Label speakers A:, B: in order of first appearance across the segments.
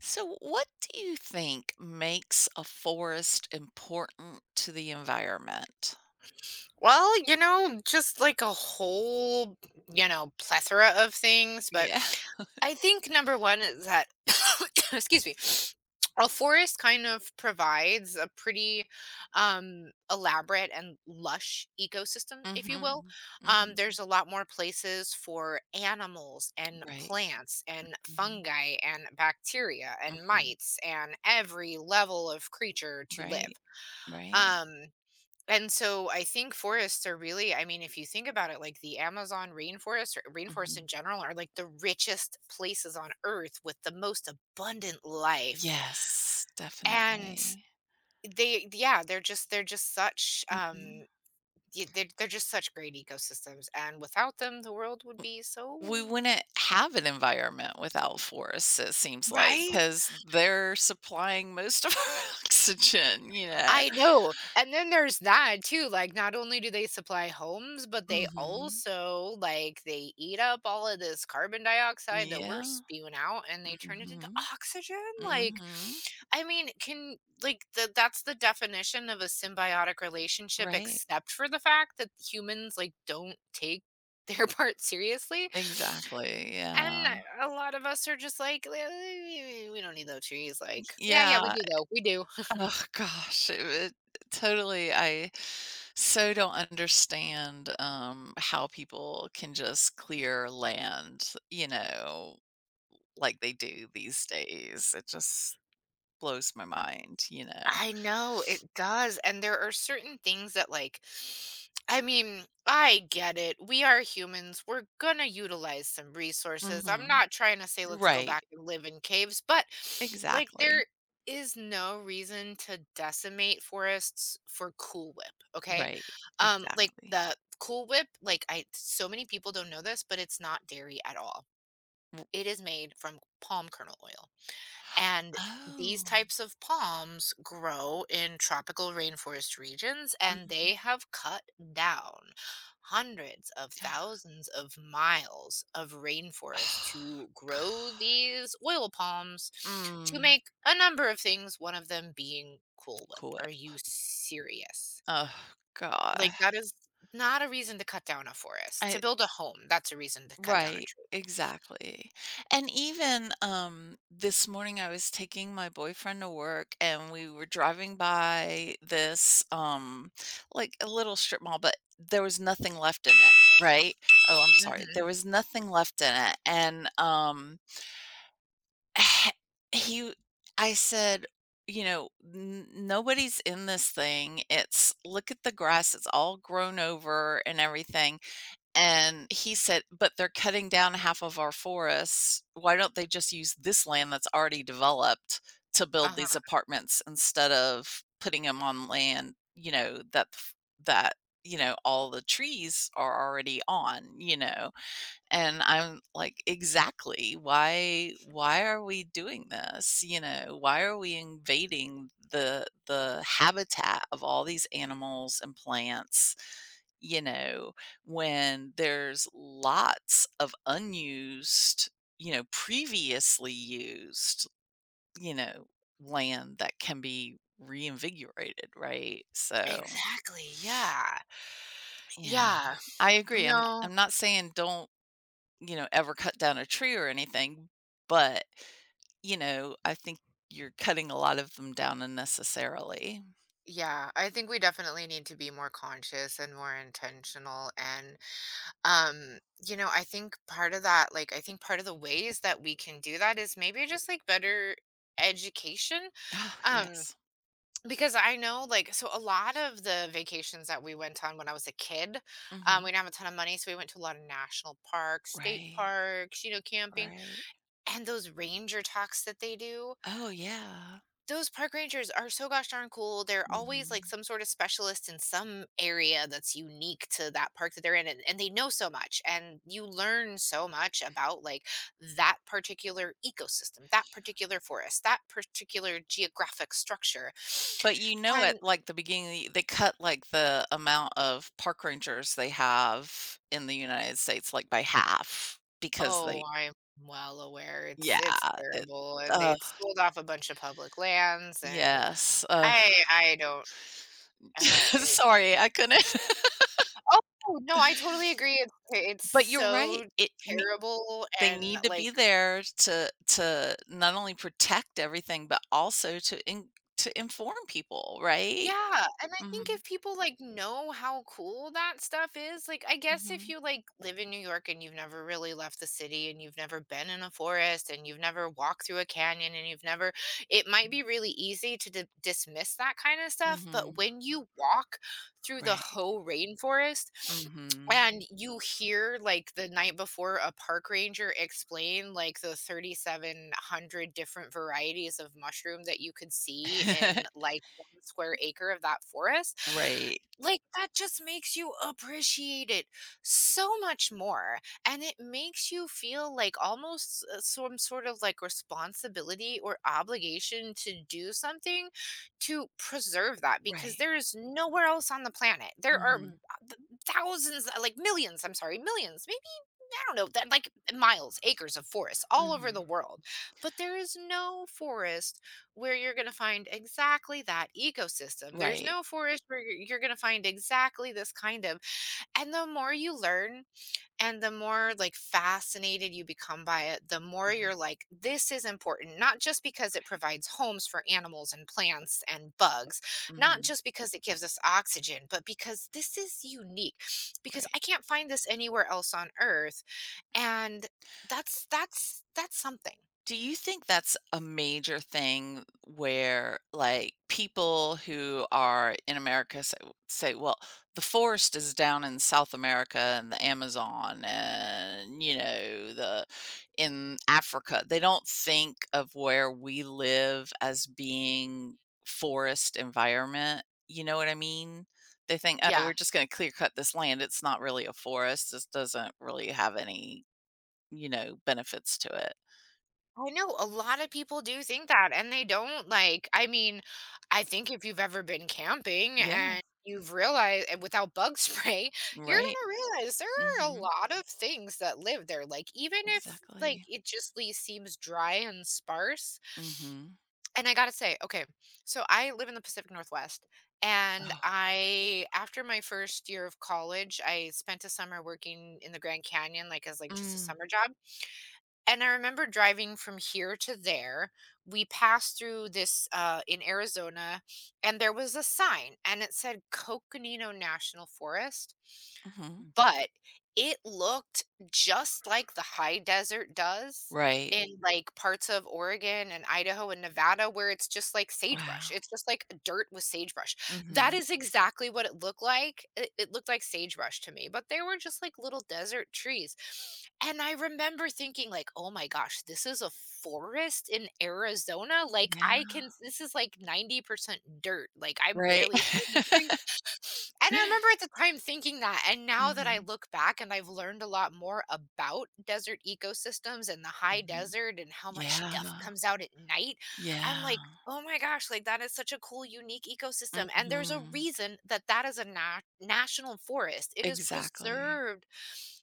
A: So, what do you think makes a forest important to the environment?
B: Well, just like a whole, plethora of things. But
A: Yeah.
B: I think number one is that, excuse me, a forest kind of provides a pretty elaborate and lush ecosystem, if you will.
A: Mm-hmm. Mm-hmm.
B: There's a lot more places for animals and
A: Right.
B: plants and
A: Mm-hmm.
B: fungi and bacteria and
A: Mm-hmm.
B: mites and every level of creature to live.
A: Right. Right.
B: Um, and so I think forests are really, I mean, if you think about it, like the Amazon rainforest or rainforests
A: Mm-hmm.
B: in general are like the richest places on earth with the most abundant life.
A: Yes,
B: And
A: definitely.
B: they, yeah, they're just,
A: Hmm.
B: they're just such great ecosystems. And without them, the world would be
A: We
B: so—
A: wouldn't have an environment without forests, it seems like,
B: Right?
A: because they're supplying most of our oxygen.
B: I know, and then there's that too, like, not only do they supply homes, but they
A: Mm-hmm.
B: also, like, they eat up all of this carbon dioxide that we're
A: Yeah.
B: spewing out and they turn it into
A: Mm-hmm.
B: oxygen, like,
A: Mm-hmm.
B: I mean, can— like, the that's the definition of a symbiotic relationship
A: Right.
B: except for the fact that humans, like, don't take their part seriously,
A: Exactly,
B: and
A: yeah.
B: a lot of us are just like, "Eh, we don't need those trees," like, "Yeah, yeah, we
A: Yeah,
B: do though, we do."
A: oh gosh, it would totally. I so don't understand, how people can just clear land, like they do these days. It just blows my mind?
B: I know it does. And there are certain things that, like, I mean, I get it. We are humans. We're going to utilize some resources. I'm
A: Mhm.
B: not trying to say let's go
A: Right,
B: back and live in caves, but like,
A: exactly.
B: there is no reason to decimate forests for Cool Whip. Okay.
A: Right,
B: Like,
A: exactly.
B: the Cool Whip, like, I— so many people don't know this, but it's not dairy at all.
A: W
B: It is made from palm kernel oil. And these
A: Oh,
B: types of palms grow in tropical rainforest regions and they
A: mhm.
B: have cut down hundreds of thousands of miles of rainforest
A: Oh,
B: to grow
A: god.
B: these oil palms to
A: Mm,
B: make a number of things, one of them being Cool Whip.
A: quit.
B: Are you serious?
A: Oh god.
B: Like, that is not a reason to cut down a forest. To
A: I
B: build a home, that's a reason to cut down a
A: Right,
B: tree.
A: exactly. And even this morning I was taking my boyfriend to work, and we were driving by this like a little strip mall, but there was nothing left in it, right? Oh, I'm sorry.
B: Hmm.
A: There was nothing left in it. And he I said, you know, n- nobody's in this thing. It's look at the grass, it's all grown over and everything. And he said, "But they're cutting down half of our forests. Why don't they just use this land that's already developed to build
B: Uh
A: these
B: huh.
A: apartments instead of putting them on land that, all the trees are already on?" And I'm like, "Exactly. Why are we doing this?" You know, why are we invading the habitat of all these animals and plants, you know, when there's lots of unused, previously used, you know, land that can be reinvigorated, right? So,
B: Exactly. Yeah.
A: yeah.
B: Yeah.
A: I agree. I'm
B: No.
A: I'm not saying don't, ever cut down a tree or anything, but, I think you're cutting a lot of them down unnecessarily.
B: Yeah, I think we definitely need to be more conscious and more intentional. Um, you know, I think part of that, like, I think part of the ways that we can do that is maybe just like better education.
A: Oh,
B: Um,
A: yes.
B: because I know, like, so a lot of the vacations that we went on when I was a kid, we
A: Mhm.
B: didn't have a ton of money. So we went to a lot of national parks, state
A: Right,
B: parks, you know, camping,
A: right.
B: and those ranger talks that they do.
A: Oh, yeah.
B: Those park rangers are so gosh darn cool. They're always like
A: Mhm.
B: some sort of specialist in some area that's unique to that park that they're in, and they know so much, and you learn so much about like that particular ecosystem, that particular forest, that particular geographic structure.
A: But you know at,
B: And
A: like, the beginning, they cut, like, the amount of park rangers they have in the United States, like, by half because
B: oh,
A: they.
B: I'm well aware—
A: Yeah,
B: it's
A: it.
B: terrible, and
A: Ugh,
B: they sold off a bunch of public lands, and
A: yes, ugh.
B: I don't. Uh,
A: Sorry, I couldn't.
B: Oh, no, I totally agree, it's— eh, it's
A: But you're right.
B: so
A: it ne
B: terrible
A: They
B: and,
A: need to be
B: like—
A: there to not only protect everything, but also to in to inform people, right?
B: yeah, and I think
A: Mhm,
B: if people, like, know how cool that stuff is, like, I guess if
A: mhm,
B: you, like, live in New York and you've never really left the city and you've never been in a forest and you've never walked through a canyon and you've never— it might be really easy to d dismiss that kinda stuff, but
A: mhm.
B: when you walk through the
A: Right.
B: whole rainforest.
A: Mhm.
B: And you hear, like, the night before a park ranger explain, like, the 3,700 different varieties of mushroom that you could see in, like, 1 square acre of that forest,
A: Right,
B: like, that just makes you appreciate it so much more, and it makes you feel like almost s some sort of, like, responsibility or obligation to do something to preserve that because
A: right.
B: there is nowhere else on the planet. There are
A: Mhm,
B: m th thousands, like, millions, I'm sorry, millions, maybe— I don't know that— like miles, acres of forests all over
A: mhm.
B: the world. But there is no forest where you're going to find exactly that ecosystem. There's
A: Right.
B: no forest where you're going to find exactly this kind of. And the more you learn and the more like fascinated you become by it, the more
A: Mhm,
B: you're like, this is important, not just because it
A: right.
B: provides homes for animals and plants and bugs, not
A: Mhm,
B: just because it gives us oxygen, but because this is unique. Because
A: right.
B: I can't find this anywhere else on earth and that's that's something.
A: Do you think that's a major thing where, like, people who are in America say, say, well, the forest is down in South America and the Amazon and, you know, the in Africa? They don't think of where we live as being forest environment. You know what I mean? They think, oh,
B: Yeah.
A: we're just going to clear cut this land. It's not really a forest. This doesn't really have any, benefits to it.
B: I know a lot of people do think that, and they don't, like— I mean, I think if you've ever been camping
A: Yeah.
B: and you've realized— and without bug spray, you're
A: Right.
B: gonna realize there are a
A: Mhm.
B: lot of things that live there, like, even if, like,
A: Exactly.
B: it just le seems dry and sparse.
A: Mhm.
B: And I gotta say, okay, so I live in the Pacific Northwest, and
A: Oh.
B: I, after my first year of college, I spent a summer working in the Grand Canyon, like as like just a
A: Mm.
B: summer job. And I remember driving from here to there. We passed through this in Arizona, and there was a sign, and it said Coconino National Forest.
A: Mhm.
B: But it looked just like the high desert does
A: Right.
B: in— Mm. Like, parts of Oregon and Idaho and Nevada where it's just like sagebrush.
A: Wow.
B: It's just like dirt with sagebrush. That
A: Mhm.
B: is exactly what it looked like. It— it looked like sagebrush to me, but they were just like little desert trees. And I remember thinking like, "Oh my gosh, this is a forest in Arizona? Like, I
A: Yeah.
B: can— this is like 90% dirt. Like, I
A: Right.
B: barely see any trees." And I remember at the time thinking that, and now that I
A: Mhm.
B: look back and I've learned a lot more about desert ecosystems and the high
A: Mhm.
B: desert and how much stuff
A: Yeah.
B: comes out at night, I'm
A: Yeah.
B: like, "Oh my gosh, like that is such a cool, unique ecosystem." And there's a
A: Mhm.
B: reason that that is a na national forest. It is
A: Exactly.
B: preserved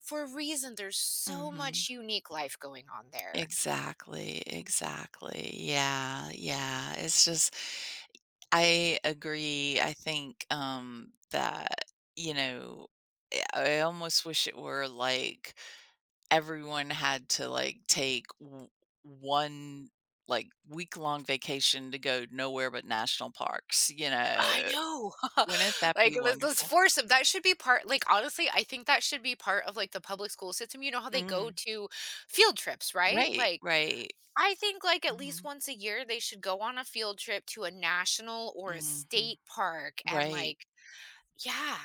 B: for a reason. There's so
A: Mhm.
B: much unique life going on there.
A: Exactly, exactly. Yeah, yeah. It's just I agree. I think, that, you know, eh, I almost wish it were like everyone had to like take w- one like week long vacation to go nowhere but national parks, you
B: I
A: know.
B: know.
A: Wouldn't that
B: Like,
A: be
B: let's
A: wonderful?
B: force them. That should be part— like, honestly, I think that should be part of, like, the public school system. You know how they go
A: Mm,
B: to field trips, right?
A: right,
B: Like,
A: right.
B: I think, like, at least
A: Mhm,
B: once a year, they should go on a field trip to a national or a
A: mhm,
B: state park and,
A: right.
B: like— yeah.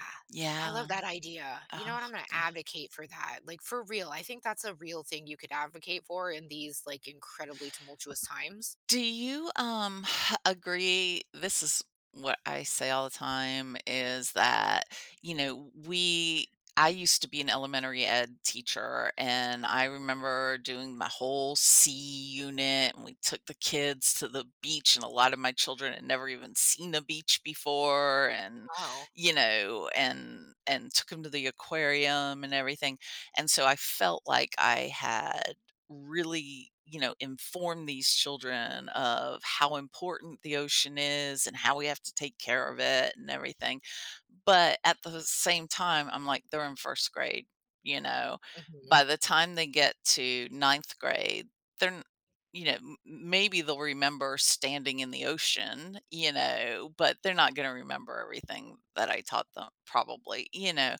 B: I
A: Yeah.
B: love that idea. You know
A: Oh,
B: what? I'm gonna
A: God.
B: advocate for that. Like, for real. I think that's a real thing you could advocate for in these, like, incredibly tumultuous times.
A: Do you, agree? This is what I say all the time, is that, you know, we I used to be an elementary ed teacher, and I remember doing my whole C unit, and we took the kids to the beach, and a lot of my children had never even seen a beach before, and,
B: Wow.
A: and took them to the aquarium and everything, and so I felt like I had really, inform these children of how important the ocean is and how we have to take care of it and everything. But at the same time, I'm like, they're in first grade, you know.
B: Mhm.
A: By the time they get to ninth grade, they're, n- m- maybe they'll remember standing in the ocean, you know, but they're not going to remember everything that I taught them, probably, you know.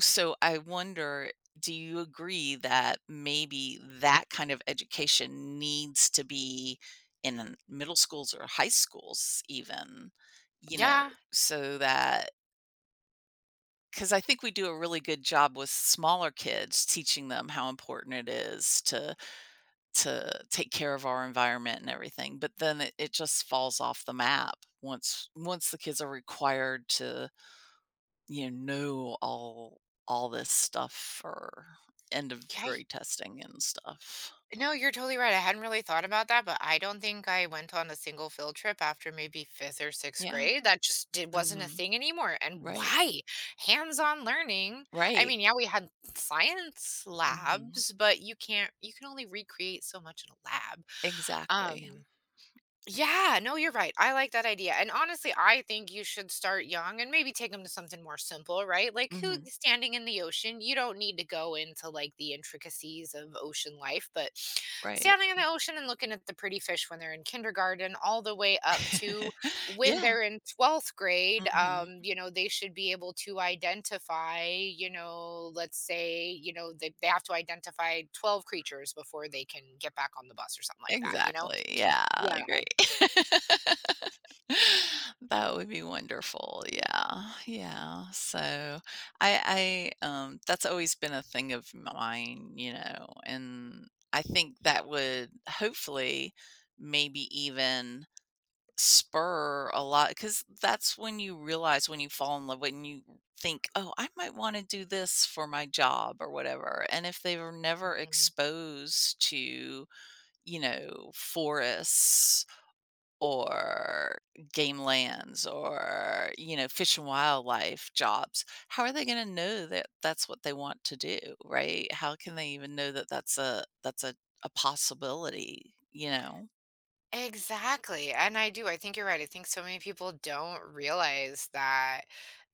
A: So I wonder, do you agree that maybe that kind of education needs to be in middle schools or high schools even, you know,
B: Yeah.
A: so that because I think we do a really good job with smaller kids teaching them how important it is to take care of our environment and everything, but then it just falls off the map once once the kids are required to, you know all all this stuff for end of
B: Yeah,
A: grade testing and stuff.
B: No, you're totally right. I hadn't really thought about that, but I don't think I went on a single field trip after maybe fifth or sixth
A: Yeah.
B: grade. That just did, wasn't a
A: Mhm.
B: thing anymore. And
A: Right.
B: why? Hands on learning. I
A: Right.
B: mean, yeah, we had science
A: Mhm.
B: labs, but you can't, you can only recreate so much in a lab.
A: Exactly.
B: Um. Yeah, no, you're right. I like that idea. And honestly, I think you should start young and maybe take them to something more simple, right? Like who—
A: Mhm.
B: standing in the ocean, you don't need to go into like the intricacies of ocean life, but
A: Right.
B: standing in the ocean and looking at the pretty fish when they're in kindergarten all the way up to when
A: Yeah.
B: they're in 12th grade,
A: Mhm.
B: you know, they should be able to identify, you know, let's say, you know, they have to identify 12 creatures before they can get back on the bus or something like that, you know?
A: Exactly. Yeah,
B: Yeah.
A: great. That would be wonderful. Yeah. Yeah. So I that's always been a thing of mine, and I think that would hopefully maybe even spur a lot, because that's when you realize, when you fall in love, when you think oh, I might want to do this for my job or whatever, and if they were never
B: Mhm.
A: exposed to, forests or game lands or, fish and wildlife jobs, how are they gonna know that that's what they want to do, right? How can they even know that that's a a possibility, you know?
B: Exactly, and I do, I think you're right, I think so many people don't realize that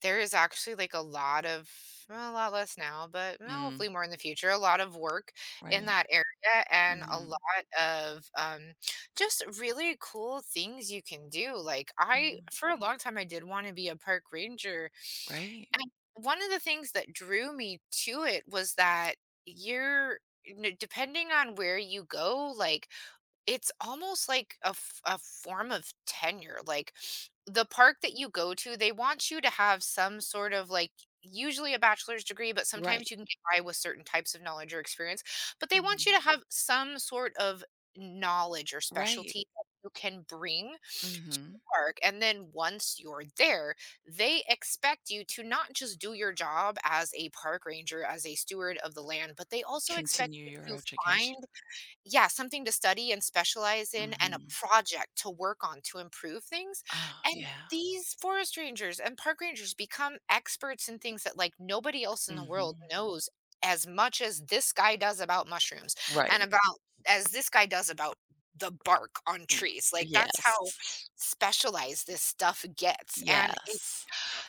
B: there is actually, like, a lot of— well, a lot less now, but, well,
A: Mm,
B: hopefully more in the future, a lot of work in
A: right.
B: that area and a
A: Mhm.
B: lot of, just really cool things you can do, like, I—
A: Mhm.
B: for a long time, I did wanna be a park ranger,
A: Right.
B: and one of the things that drew me to it was that you're— n depending on where you go, like, it's almost like a f a form of tenure, like, the park that you go to, they want you to have some sort of, like— usually a bachelor's degree, but
A: Right.
B: sometimes you can get by with certain types of knowledge or experience, but they want
A: Mhm.
B: you to have some sort of knowledge or
A: Right.
B: specialty that you can bring to the
A: Mhm.
B: park, and then once you're there, they expect you to not just do your job as a park ranger, as a steward of the land, but they also expect
A: Continue
B: you
A: your
B: to find—
A: education.
B: yeah, something to study and specialize in and a
A: Mhm.
B: project to work on to improve things,
A: Oh,
B: and
A: yeah.
B: these forest rangers and park rangers become experts in things that, like, nobody else in the world
A: Mhm.
B: knows as much as this guy does about mushrooms
A: Right.
B: and about— as this guy does about the bark on
A: R
B: trees, like, that's how
A: yes.
B: specialized this stuff gets, and it
A: Yes.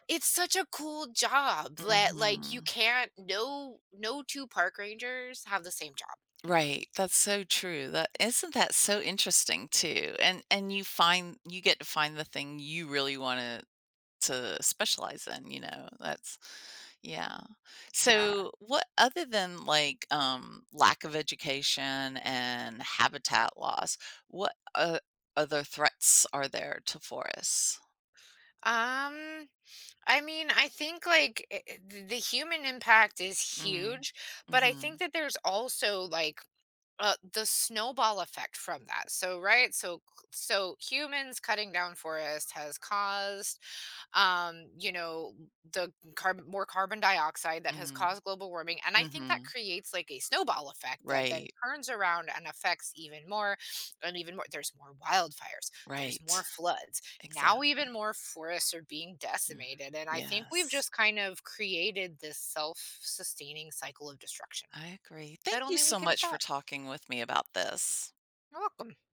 B: it's such a cool job that, like, you
A: Mhm.
B: can't— no no 2 park rangers have the same job.
A: Right, that's so true. That isn't that so interesting too? And you find you get to find the thing you really want to specialize in, you know. That's yeah.
B: Yeah.
A: So what other than like lack of education and habitat loss, what other threats are there to forests?
B: Um, I mean, I think like the human impact is
A: Mm.
B: huge, but I think
A: Mhm.
B: that there's also like the snowball effect from that. So, right? So, so humans cutting down forest has caused you know the carbon— more carbon dioxide that has
A: Mm.
B: caused global warming and I think that
A: Mhm.
B: creates like a snowball effect that then
A: Right.
B: turns around and affects even more and even more. There's more wildfires, there's more
A: Right.
B: floods, now even
A: Exactly.
B: more forests are being
A: Mm.
B: decimated and I think we've
A: Yes.
B: just kind of created this self-sustaining cycle of destruction
A: I agree.
B: that
A: Thank you
B: only we
A: so
B: can
A: much for
B: stop.
A: talking with me about this.
B: You're welcome.